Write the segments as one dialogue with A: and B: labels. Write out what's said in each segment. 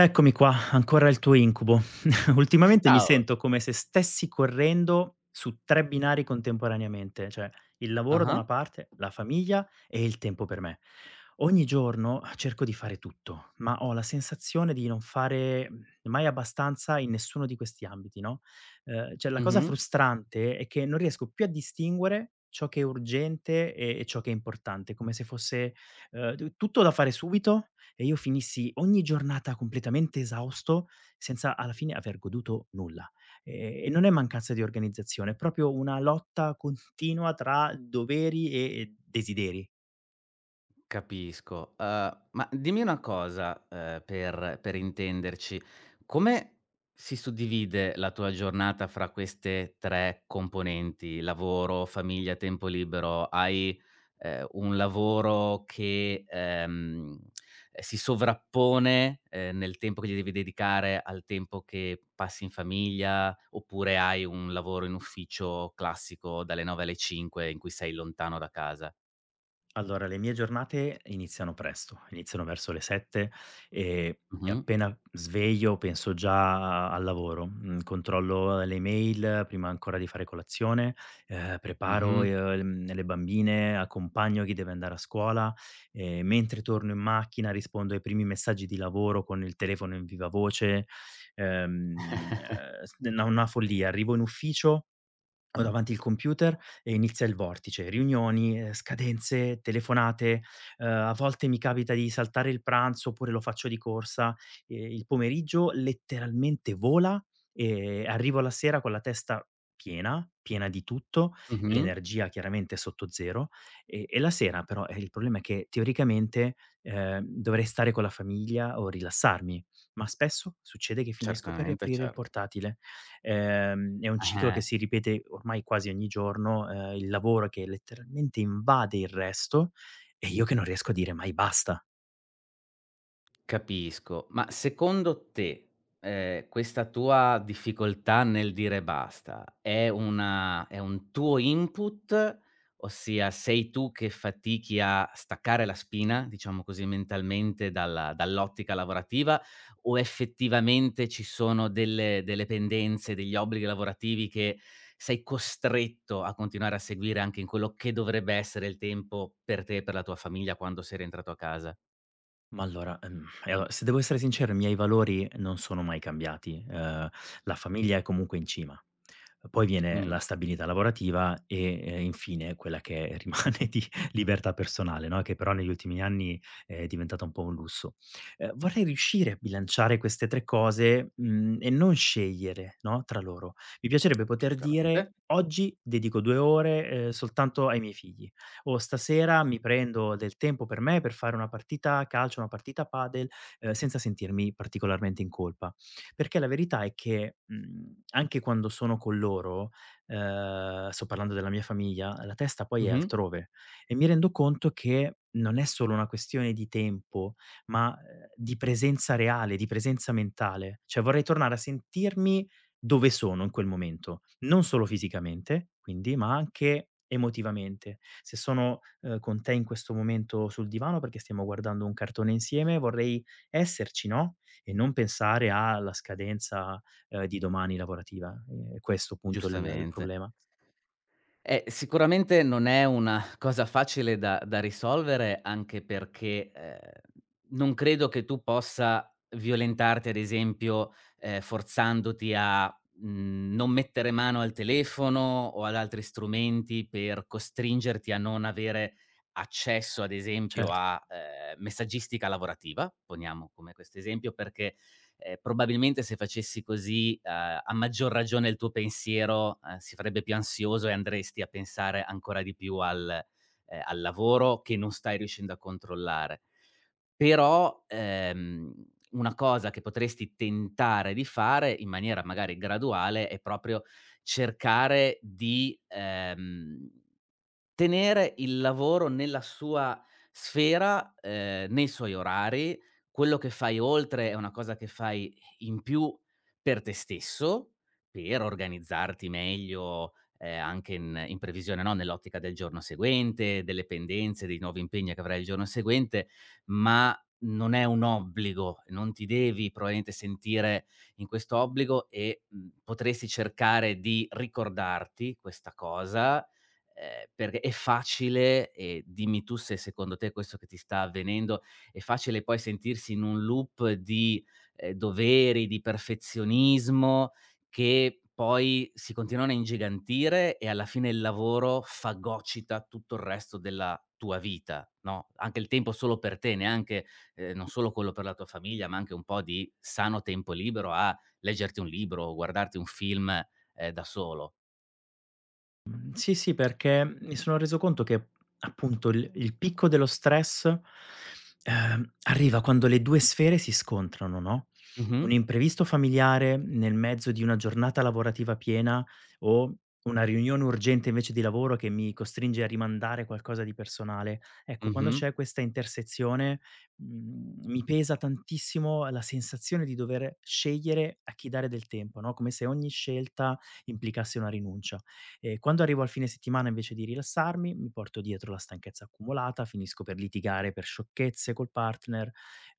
A: Eccomi qua, ancora il tuo incubo. Ultimamente mi
B: Ciao.
A: sento come se stessi correndo su 3 binari contemporaneamente, cioè il lavoro da
B: Ah-ah.
A: una parte, la famiglia e il tempo per me. Ogni giorno cerco di fare tutto, ma ho la sensazione di non fare mai abbastanza in nessuno di questi ambiti, no, cioè la cosa
B: Mh-mh.
A: frustrante è che non riesco più a distinguere ciò che è urgente e ciò che è importante, come se fosse, tu tutto da fare subito e io finissi ogni giornata completamente esausto senza alla fine aver goduto nulla. E non è mancanza di organizzazione, è proprio una lotta continua tra doveri e desideri.
B: Capisco. Ma dimmi una cosa, per intenderci: come si suddivide la tua giornata fra queste 3 componenti: lavoro, famiglia, tempo libero? Hai, un lavoro che, si sovrappone, nel tempo che gli devi dedicare al tempo che passi in famiglia, oppure hai un lavoro in ufficio classico dalle 9 alle 5 in cui sei lontano da casa?
A: Allora, le mie giornate iniziano presto, iniziano verso le 7 e
B: Mh-mh,
A: appena sveglio penso già al lavoro. Mhmm, Controllo le mail prima ancora di fare colazione, preparo,
B: mh-mh,
A: le bambine, accompagno chi deve andare a scuola, mentre torno in macchina rispondo ai primi messaggi di lavoro con il telefono in viva voce, s una follia. Arrivo in ufficio, ho davanti il computer e inizia il vortice, riunioni, scadenze, telefonate, a volte mi capita di saltare il pranzo oppure lo faccio di corsa, il pomeriggio letteralmente vola e arrivo alla sera con la testa piena, piena di tutto,
B: mh-mh.
A: l'energia chiaramente è sotto zero e la sera però, il problema è che teoricamente, dovrei stare con la famiglia o rilassarmi, ma spesso succede che finisco per
B: Certamente,
A: riaprire il
B: certo.
A: portatile. È un ciclo che
B: Eh-eh.
A: si ripete ormai quasi ogni giorno, il lavoro che letteralmente invade il resto e io che non riesco a dire mai basta.
B: Capisco, ma secondo te, questa tua difficoltà nel dire basta è un tuo input, ossia sei tu che fatichi a staccare la spina, diciamo così, mentalmente dalla dall'ottica lavorativa, o effettivamente ci sono delle pendenze, degli obblighi lavorativi che sei costretto a continuare a seguire anche in quello che dovrebbe essere il tempo per te e per la tua famiglia quando sei rientrato a casa?
A: Ma allora, e allo Se devo essere sincero, i miei valori non sono mai cambiati. La famiglia è comunque in cima, poi viene
B: Mh.
A: la stabilità lavorativa e, infine quella che rimane di libertà personale, no, che però negli ultimi anni è diventata un po' un lusso. Vorrei riuscire a bilanciare queste 3 cose, e non scegliere, no, tra loro. Mi piacerebbe poter dire:
B: Giustamente.
A: "Oggi dedico 2 ore, soltanto ai miei figli" o stasera mi prendo del tempo per me per fare una partita a calcio, una partita a padel, senza sentirmi particolarmente in colpa. Perché la verità è che, anche quando sono con loro, sto parlando della mia famiglia, la testa poi è
B: Mh-mh.
A: altrove e mi rendo conto che non è solo una questione di tempo, ma, di presenza reale, di presenza mentale. Cioè vorrei tornare a sentirmi dove sono in quel momento, non solo fisicamente quindi, ma anche emotivamente. Se sono, con te in questo momento sul divano perché stiamo guardando un cartone insieme, vorrei esserci, no, e non pensare alla scadenza, di domani lavorativa. È questo appunto il
B: Giustamente.
A: problema.
B: Sicuramente non è una cosa facile da risolvere anche perché, non credo che tu possa violentarti ad esempio, forzandoti a, non mettere mano al telefono o ad altri strumenti per costringerti a non avere accesso ad esempio
A: Certo.
B: a, messaggistica lavorativa, poniamo come questo esempio, perché… Probabilmente se facessi così, a maggior ragione il tuo pensiero, si farebbe più ansioso e andresti a pensare ancora di più al al lavoro che non stai riuscendo a controllare. Però, una cosa che potresti tentare di fare in maniera magari graduale è proprio cercare di, tenere il lavoro nella sua sfera, nei suoi orari, quello che fai oltre è una cosa che fai in più per te stesso, per organizzarti meglio, anche in previsione, no, nell'ottica del giorno seguente, delle pendenze, dei nuovi impegni che avrai il giorno seguente, ma non è un obbligo, non ti devi probabilmente sentire in questo obbligo e, potresti cercare di ricordarti questa cosa. Perché è facile, e dimmi tu se secondo te è questo che ti sta avvenendo, è facile poi sentirsi in un loop di, doveri, di perfezionismo che poi si continuano a ingigantire e alla fine il lavoro fagocita tutto il resto della tua vita, no, anche il tempo solo per te, neanche non solo quello per la tua famiglia, ma anche un po' di sano tempo libero a leggerti un libro o guardarti un film, da solo.
A: Sì, sì, perché mi sono reso conto che appunto il picco dello stress, arriva quando le 2 sfere si scontrano, no, un
B: Mh-mh.
A: imprevisto familiare nel mezzo di una giornata lavorativa piena o una riunione urgente invece di lavoro che mi costringe a rimandare qualcosa di personale. Ecco, quando
B: Mh-mh.
A: c'è questa intersezione, mi pesa tantissimo la sensazione di dover scegliere a chi dare del tempo, no, come se ogni scelta implicasse una rinuncia. Quando arrivo al fine settimana invece di rilassarmi, mi porto dietro la stanchezza accumulata, finisco per litigare per sciocchezze col partner,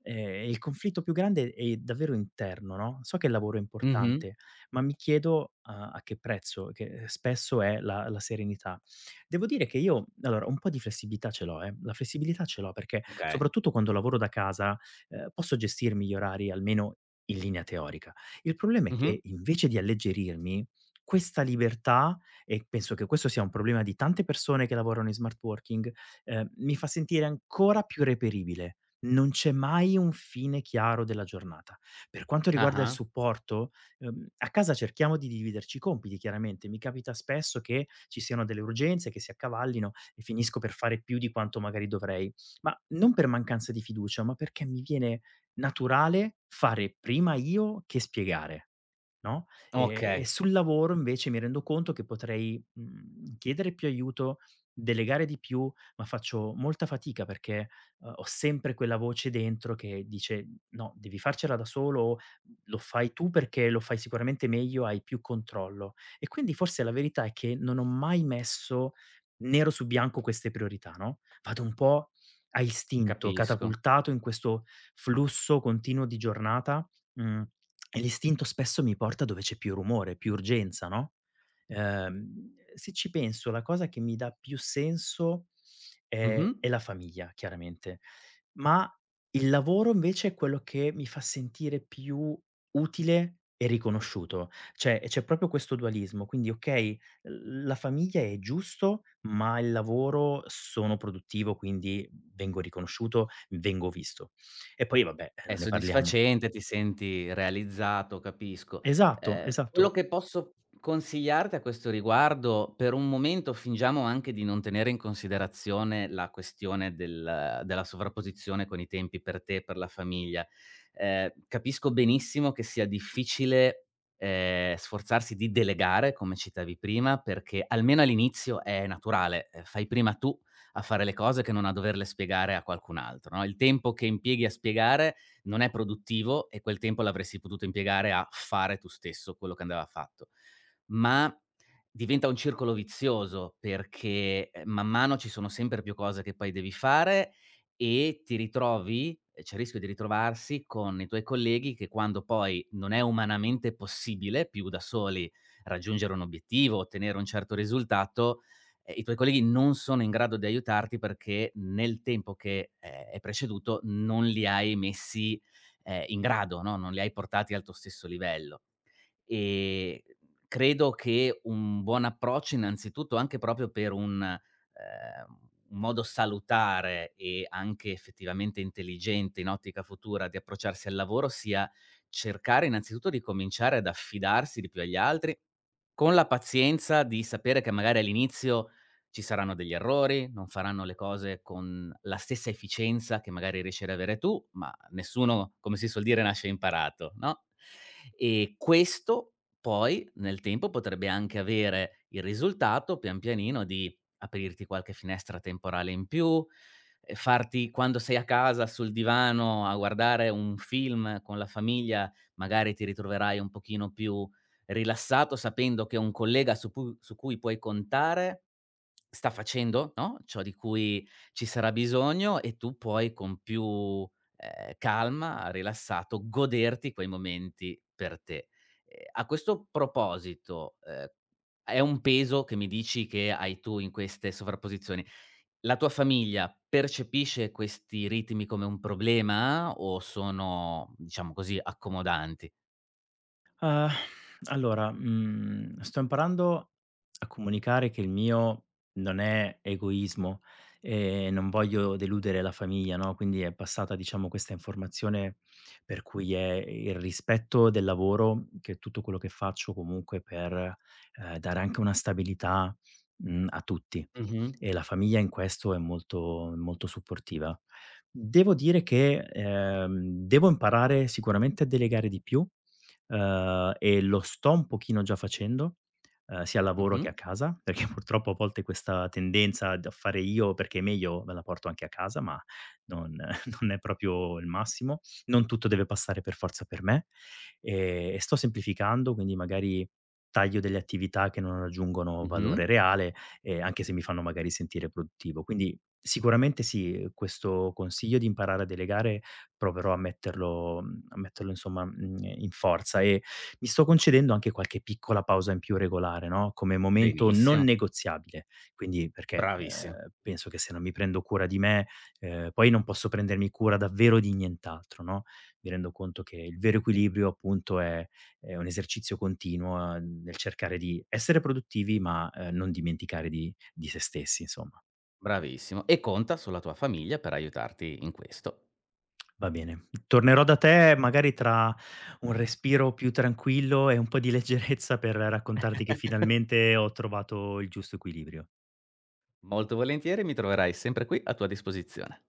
A: e il conflitto più grande è davvero interno, no, so che il lavoro è
B: Mh-mh.
A: importante, ma mi chiedo a che prezzo, che spesso è la serenità. Devo dire che io allora un po' di flessibilità ce l'ho, la flessibilità ce l'ho perché
B: Okay.
A: soprattutto quando lavoro da casa, posso gestirmi gli orari almeno in linea teorica. Il problema è
B: Mh-mh.
A: che invece di alleggerirmi, questa libertà, e penso che questo sia un problema di tante persone che lavorano in smart working, mi fa sentire ancora più reperibile. Non c'è mai un fine chiaro della giornata. Per quanto riguarda il
B: Ah-ah.
A: supporto, a casa cerchiamo di dividerci i compiti chiaramente, mi capita spesso che ci siano delle urgenze che si accavallino e finisco per fare più di quanto magari dovrei, ma non per mancanza di fiducia, ma perché mi viene naturale fare prima io che spiegare. No, e
B: Okay,
A: sul lavoro invece mi rendo conto che potrei, chiedere più aiuto, delegare di più, ma faccio molta fatica perché, ho sempre quella voce dentro che dice: "No, devi farcela da solo, o lo fai tu perché lo fai sicuramente meglio, hai più controllo". E quindi forse la verità è che non ho mai messo nero su bianco queste priorità, no, vado un po' a istinto,
B: capisco.
A: catapultato in questo flusso continuo di giornata, mhmm e l'istinto spesso mi porta dove c'è più rumore, più urgenza, no, ehm, se ci penso la cosa che mi dà più senso è
B: Mh-mh.
A: è la famiglia chiaramente, ma il lavoro invece è quello che mi fa sentire più utile e riconosciuto. Cioè, c'è proprio questo dualismo, quindi okay, l la famiglia è giusto, ma il lavoro sono produttivo, quindi vengo riconosciuto, vengo visto. E poi vabbè,
B: È
A: non ne parliamo.
B: soddisfacente, ti senti realizzato, capisco.
A: Esatto,
B: Quello
A: esatto.
B: che posso consigliarti a questo riguardo, per un momento fingiamo anche di non tenere in considerazione la questione della sovrapposizione con i tempi per te e per la famiglia. Capisco benissimo che sia difficile, sforzarsi di delegare, come citavi prima, perché almeno all'inizio è naturale, fai prima tu a fare le cose che non a doverle spiegare a qualcun altro, no, il tempo che impieghi a spiegare non è produttivo e quel tempo l'avresti potuto impiegare a fare tu stesso quello che andava fatto. Ma diventa un circolo vizioso perché, man mano ci sono sempre più cose che poi devi fare e ti ritrovi, e c'è il rischio di ritrovarsi con i tuoi colleghi che quando poi non è umanamente possibile più da soli raggiungere un obiettivo, ottenere un certo risultato, i tuoi colleghi non sono in grado di aiutarti perché nel tempo che è preceduto non li hai messi in grado, no, non li hai portati al tuo stesso livello. Ehm, Credo che un buon approccio innanzitutto, anche proprio per un modo salutare e anche effettivamente intelligente in ottica futura di approcciarsi al lavoro, sia cercare innanzitutto di cominciare ad affidarsi di più agli altri, con la pazienza di sapere che magari all'inizio ci saranno degli errori, non faranno le cose con la stessa efficienza che magari riesci ad avere tu, ma nessuno, come si suol dire, nasce imparato, no? E questo poi nel tempo potrebbe anche avere il risultato pian pianino di aprirti qualche finestra temporale in più, farti quando sei a casa sul divano a guardare un film con la famiglia, magari ti ritroverai un pochino più rilassato sapendo che un collega su cui puoi contare sta facendo, no, ciò di cui ci sarà bisogno e tu puoi con più, calma, rilassato, goderti quei momenti per te. A questo proposito, è un peso che mi dici che hai tu in queste sovrapposizioni. La tua famiglia percepisce questi ritmi come un problema o sono, diciamo così, accomodanti?
A: Uhm, allora, sto imparando a comunicare che il mio non è egoismo e non voglio deludere la famiglia, no, quindi è passata, diciamo, questa informazione per cui è il rispetto del lavoro, che tutto quello che faccio comunque per, dare anche una stabilità, a tutti,
B: Mh-mh.
A: e la famiglia in questo è molto molto supportiva. Devo dire che, devo imparare sicuramente a delegare di più. E lo sto un pochino già facendo, sia al lavoro che
B: Mh-mh.
A: a casa, perché purtroppo a volte questa tendenza d a fare io perché è meglio me la porto anche a casa, ma non non è proprio il massimo. Non tutto deve passare per forza per me, e sto semplificando, quindi magari taglio delle attività che non raggiungono
B: Mh-mh.
A: valore reale, anche se mi fanno magari sentire produttivo. Quindi sicuramente sì, questo consiglio di imparare a delegare proverò a metterlo, a metterlo insomma, in forza, e mi sto concedendo anche qualche piccola pausa in più regolare, no, come momento non
B: Benissimo,
A: negoziabile. Quindi perché,
B: bravissimo,
A: penso che se non mi prendo cura di me, poi non posso prendermi cura davvero di nient'altro, no, mi rendo conto che il vero equilibrio appunto è un esercizio continuo, nel cercare di essere produttivi ma, non dimenticare di se stessi insomma.
B: bravissimo, e conta sulla tua famiglia per aiutarti in questo.
A: Va bene. Tornerò da te magari tra un respiro più tranquillo e un po' di leggerezza per raccontarti che finalmente ho trovato il giusto equilibrio.
B: Molto volentieri, mi troverai sempre qui a tua disposizione.